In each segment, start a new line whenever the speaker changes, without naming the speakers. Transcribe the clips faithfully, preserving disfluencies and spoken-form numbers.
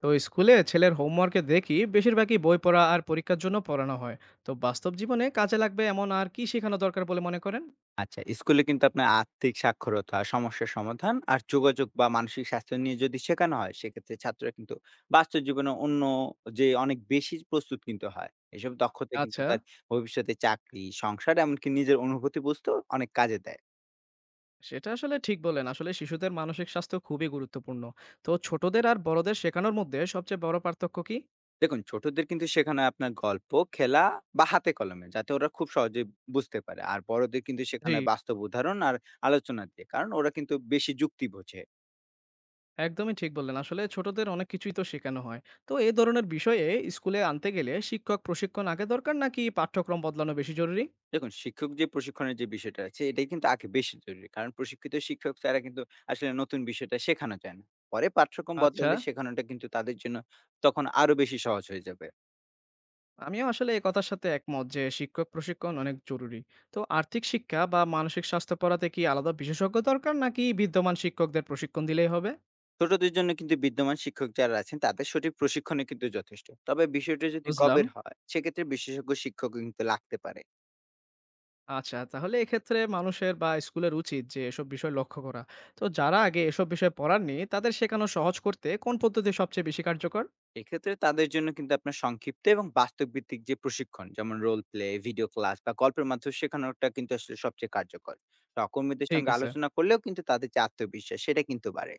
তো স্কুলে ছেলের হোমওয়ার্কে দেখি বেশিরভাগই বই পড়া আর পরীক্ষার জন্য পড়ানো হয়। তো বাস্তব জীবনে কাজে লাগবে এমন আর কি শেখানো দরকার বলে মনে করেন?
আচ্ছা, স্কুলে কিন্তু আপনার আর্থিক সাক্ষরতা, সমস্যা সমাধান আর যোগাযোগ বা মানসিক স্বাস্থ্য নিয়ে যদি শেখানো হয়, সেক্ষেত্রে ছাত্ররা কিন্তু বাস্তব জীবনে অন্য যে অনেক বেশি প্রস্তুত কিন্তু হয়। এসব দক্ষতা কিন্তু
আচ্ছা।
তার ভবিষ্যতে চাকরি, সংসার এমনকি নিজের অনুভূতি বুঝতেও অনেক কাজে দেয়।
সেটা আসলে ঠিক বলেন, আসলে শিশুদের মানসিক স্বাস্থ্য খুবই গুরুত্বপূর্ণ। তো ছোটদের আর বড়দের শেখানোর মধ্যে সবচেয়ে বড় পার্থক্য কি?
দেখুন, ছোটদের কিন্তু শেখানো হয় আপনার গল্প, খেলা বা হাতে কলমে, যাতে ওরা খুব সহজে বুঝতে পারে। আর বড়দের কিন্তু
জি।
শেখানো হয় বাস্তব উদাহরণ আর আলোচনা দিয়ে। কারণ ওরা কিন্তু বেশি যুক্তি বোঝে।
একদমই ঠিক বললেন, আসলে ছোটদের অনেক কিছুই তো শেখানো হয়। তো এই ধরনের বিষয়ে স্কুলে আনতে গেলে শিক্ষক প্রশিক্ষণ আগে দরকার নাকি পাঠ্যক্রম বদলানো বেশি জরুরি?
দেখুন, শিক্ষক যে প্রশিক্ষণের যে বিষয়টা আছে, এটাই কিন্তু আগে বেশি জরুরি। কারণ প্রশিক্ষিত শিক্ষক ছাড়া কিন্তু আসলে নতুন বিষয়টা শেখানো যায় না। পরে পাঠ্যক্রম
আচ্ছা।
বদলালে শেখানোটা কিন্তু তাদের জন্য তখন আরো বেশি সহজ হয়ে যাবে।
আমিও আসলে এই কথার সাথে একমত যে শিক্ষক প্রশিক্ষণ অনেক জরুরি। তো আর্থিক শিক্ষা বা মানসিক স্বাস্থ্য পড়াতে কি আলাদা বিশেষজ্ঞ দরকার নাকি বিদ্যমান শিক্ষকদের প্রশিক্ষণ দিলেই হবে?
ছোটদের জন্য কিন্তু বিদ্যমান শিক্ষক যারা আছেন তাদের সঠিক প্রশিক্ষণে কিন্তু যথেষ্ট। তবে বিষয়টা যদি
বুঝলাম।
গবের হয়, সেক্ষেত্রে বিশেষজ্ঞ শিক্ষক কিন্তু লাগতে পারে।
আচ্ছা, তাহলে এক্ষেত্রে মানুষের বা স্কুলের উচিত যে এসব বিষয় লক্ষ্য করা। তো যারা আগে এসব বিষয় পড়াননি তাদের শেখানো সহজ করতে কোন পদ্ধতি সবচেয়ে বেশি কার্যকর?
এক্ষেত্রে তাদের জন্য কিন্তু আপনার সংক্ষিপ্ত এবং বাস্তব ভিত্তিক যে প্রশিক্ষণ, যেমন রোল প্লে, ভিডিও ক্লাস বা গল্পের মাধ্যমে শেখানোটা কিন্তু আসলে সবচেয়ে কার্যকর। সহকর্মীদের
ঠিক
সঙ্গে
আছে।
আলোচনা করলেও কিন্তু তাদের যে আত্মবিশ্বাস, সেটা কিন্তু বাড়ে।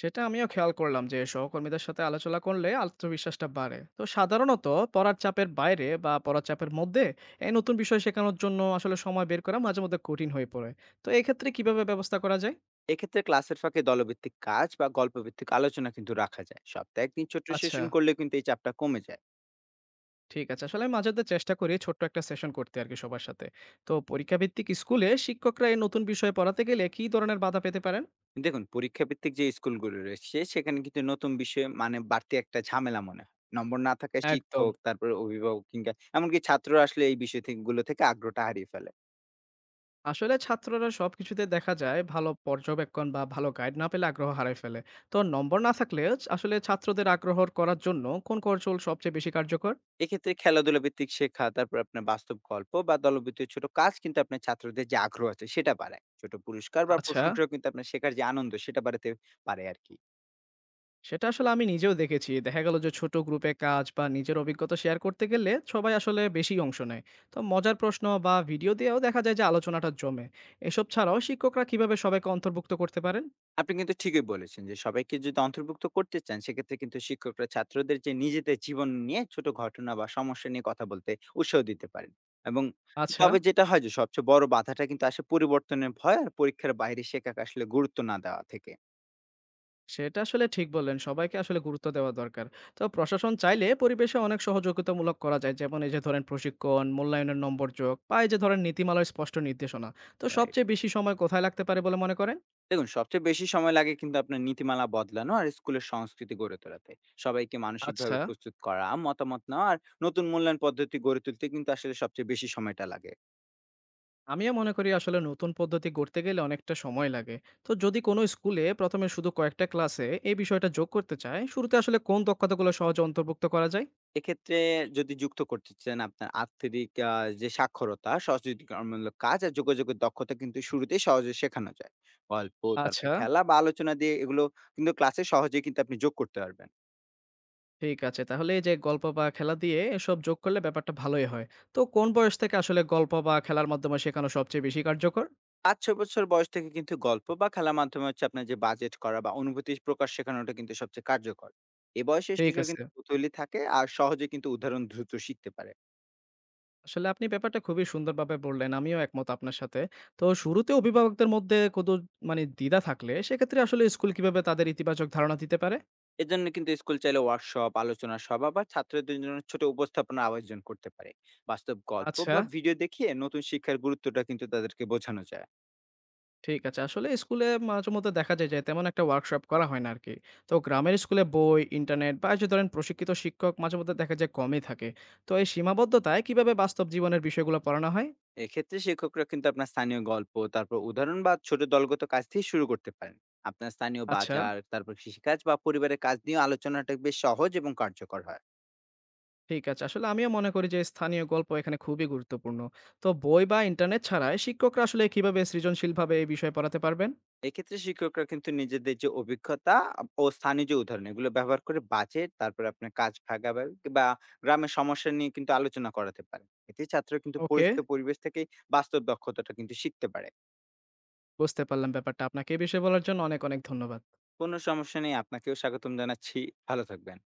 সেটা আমিও খেয়াল করলাম যে সহকর্মীদের সাথে আলোচনা করলে আত্মবিশ্বাসটা বাড়ে। তো সাধারণত পড়ার চাপের বাইরে বা পড়ার চাপের মধ্যে এই নতুন বিষয় শেখানোর জন্য আসলে সময় বের করা মাঝে মধ্যে কঠিন হয়ে পড়ে। তো এক্ষেত্রে কিভাবে ব্যবস্থা করা যায়?
এক্ষেত্রে ক্লাসের ফাঁকে দলভিত্তিক কাজ বা গল্পভিত্তিক আলোচনা কিন্তু রাখা যায়। সপ্তাহে একদিন ছোট
আচ্ছা।
সেশন করলে কিন্তু এই চাপটা কমে যায়।
ঠিক আছে, আসলে আমি মাঝে মধ্যে চেষ্টা করি ছোট্ট একটা সেশন করতে আর কি সবার সাথে। তো পরীক্ষাভিত্তিক স্কুলে শিক্ষকরা এই নতুন বিষয়ে পড়াতে গেলে কী ধরনের বাধা পেতে পারেন?
দেখুন, পরীক্ষা ভিত্তিক যে স্কুলগুলো রয়েছে, সেখানে কিন্তু নতুন বিষয়ে মানে বাড়তি একটা ঝামেলা মনে হয়। নম্বর না থাকায়
একদম।
শিক্ষক, তারপরে অভিভাবক, কিংবা এমনকি ছাত্র আসলে এই বিষয় থেকে, গুলো থেকে আগ্রহটা হারিয়ে ফেলে।
আসলে ছাত্ররা সবকিছুতে দেখা যায় ভালো পর্যবেক্ষণ বা ভালো গাইড না পেলে আগ্রহ হারায় ফেলে। তো নম্বর না থাকলে আসলে ছাত্রদের আগ্রহ করার জন্য কোন কৌশল সবচেয়ে বেশি কার্যকর?
এক্ষেত্রে খেলাধুলা ভিত্তিক শেখা, তারপর আপনার বাস্তব গল্প বা দলভিত্তিক ছোট কাজ কিন্তু আপনার ছাত্রদের যে আগ্রহ আছে, সেটা বাড়ায়। ছোট পুরস্কার বা
আচ্ছা।
প্রশংসাও কিন্তু আপনার শেখার যে আনন্দ, সেটা বাড়াতে পারে আর কি।
সেটা আসলে আমি নিজেও দেখেছি, দেখা গেল যে ছোট গ্রুপে কাজ বা নিজের অভিজ্ঞতা শেয়ার করতে গেলে সবাই আসলে বেশি অংশ নেয়। তো মজার প্রশ্ন বা ভিডিও দিয়েও দেখা যায় যে আলোচনাটা জমে। এসব ছাড়াও শিক্ষকরা কিভাবে সবাইকে অন্তর্ভুক্ত করতে পারেন?
আপনি কিন্তু ঠিকই বলেছেন যে সবাইকে যদি অন্তর্ভুক্ত করতে চান, সেক্ষেত্রে কিন্তু শিক্ষকরা ছাত্রদের যে নিজেদের জীবন নিয়ে ছোট ঘটনা বা সমস্যা নিয়ে কথা বলতে উৎসাহ দিতে পারেন। এবং
আচ্ছা।
তবে যেটা হয়, যে সবচেয়ে বড় বাধাটা কিন্তু আসে পরিবর্তনের ভয় আর পরীক্ষার বাইরে শেখাকে আসলে গুরুত্ব না দেওয়া থেকে।
সেটা আসলে ঠিক বললেন। সবাইকে আসলে গুরুত্ব দেওয়া দরকার। তো প্রশাসন চাইলে পরিবেশে অনেক সহযোগিতামূলক করা যায়। যেমন এই যে ধরেন প্রশিক্ষণ, মূল্যায়নের নম্বর যোগ বা এই যে ধরেন নীতিমালার স্পষ্ট নির্দেশনা। তো
রাইট।
সবচেয়ে বেশি সময় কোথায় লাগতে পারে বলে মনে করেন?
দেখুন, সবচেয়ে বেশি সময় লাগে কিন্তু আপনার নীতিমালা বদলানো আর স্কুলের সংস্কৃতি গড়ে তোলাতে। সবাইকে
আচ্ছা,
মানসিকভাবে প্রস্তুত করা, মতামত নেওয়া আর নতুন মূল্যায়ন পদ্ধতি গড়ে তুলতে কিন্তু আসলে সবচেয়ে বেশি সময়টা লাগে।
আমিও মনে করি আসলে নতুন পদ্ধতি গড়তে গেলে অনেকটা সময় লাগে। তো যদি কোনো স্কুলে প্রথম এ শুধু কয়েকটা ক্লাসে এই বিষয়টা যোগ করতে চায়, শুরুতে আসলে কোন দক্ষতাগুলো সহজে অন্তর্ভুক্ত করা যায়?
এক্ষেত্রে যদি যুক্ত করতে চান আপনার আর্থিক আহ, যে সাক্ষরতা, সচেতনমূলক কাজ আর যোগাযোগের দক্ষতা কিন্তু শুরুতেই সহজে শেখানো যায়। গল্প, তারপরে
আচ্ছা।
খেলা বা আলোচনা দিয়ে এগুলো কিন্তু ক্লাসে সহজে কিন্তু আপনি যোগ করতে পারবেন।
ঠিক আছে। তাহলে এই যে গল্প বা খেলা দিয়ে এসব যোগ করলে ব্যাপারটা ভালোই হয়। তো কোন বয়স থেকে আসলে গল্প বা খেলার মাধ্যমে শেখানো সবচেয়ে বেশি কার্যকর?
পাঁচ থেকে ছয় বছর বয়স থেকে কিন্তু গল্প বা খেলার মাধ্যমে হচ্ছে আপনার যে বাজেট করা বা অনুভূতি প্রকাশ শেখানোটা কিন্তু সবচেয়ে কার্যকর। এ বয়সে
ঠিক
শিশুরা
আছে।
কিন্তু কৌতূহলী থাকে আর সহজে কিন্তু উদাহরণ দ্রুত শিখতে পারে।
আসলে আপনি ব্যাপারটা খুবই সুন্দরভাবে বললেন। আমিও একমত আপনার সাথে। তো শুরুতে অভিভাবকদের মধ্যে কোনো মানে দ্বিধা থাকলে সেক্ষেত্রে আসলে স্কুল কিভাবে তাদের ইতিবাচক ধারণা দিতে পারে?
এজন্য কিন্তু স্কুল চাইলে ওয়ার্কশপ, আলোচনা সভা বা ছাত্রদের জন্য ছোট উপস্থাপনা আয়োজন করতে পারে। বাস্তব গল্প
আচ্ছা।
বা ভিডিও দেখিয়ে নতুন শিক্ষার গুরুত্বটা কিন্তু তাদেরকে বোঝানো যায়।
ঠিক আছে। আসলে স্কুলে মাঝেমধ্যে দেখা যায় যে তেমন একটা ওয়ার্কশপ করা হয় না আরকি। তো গ্রামের স্কুলে বই, ইন্টারনেট বা এই যে ধরেন প্রশিক্ষিত শিক্ষক মাঝেমধ্যে দেখা যায় কমই থাকে। তো এই সীমাবদ্ধতায় কিভাবে বাস্তব জীবনের বিষয়গুলো পড়ানো হয়?
এক্ষেত্রে শিক্ষকরা কিন্তু আপনার স্থানীয় গল্প, তারপর উদাহরণ বা ছোট দলগত কাজ দিয়ে শুরু করতে পারেন। আপনার স্থানীয়
আচ্ছা,
বাজার, তারপর কৃষিকাজ বা পরিবারের কাজ নিয়ে আলোচনাটা বেশ সহজ এবং কার্যকর হয়।
ঠিক আছে। আসলে আমিও মনে করি যে স্থানীয় গল্প এখানে খুবই গুরুত্বপূর্ণ। তো বই বা ইন্টারনেট ছাড়াই শিক্ষকরা আসলে কিভাবে সৃজনশীলভাবে এই বিষয়ে পড়াতে পারবেন?
এক্ষেত্রে শিক্ষকরা কিন্তু নিজেদের যে অভিজ্ঞতা ও স্থানীয় যে উদাহরণ এগুলো ব্যবহার করে বাজেট, তারপরে আপনার কাজ ভাগাভাগি বা গ্রামের সমস্যা নিয়ে কিন্তু আলোচনা করাতে পারে। এতে ছাত্র কিন্তু
ওকে,
পরিচিত পরিবেশ থেকে বাস্তব দক্ষতাটা কিন্তু শিখতে পারে।
বুঝতে পারলাম ব্যাপারটা। আপনাকে এই বিষয়ে বলার জন্য অনেক, অনেক ধন্যবাদ।
কোনো সমস্যা নেই, আপনাকেও স্বাগতম জানাচ্ছি। ভালো থাকবেন।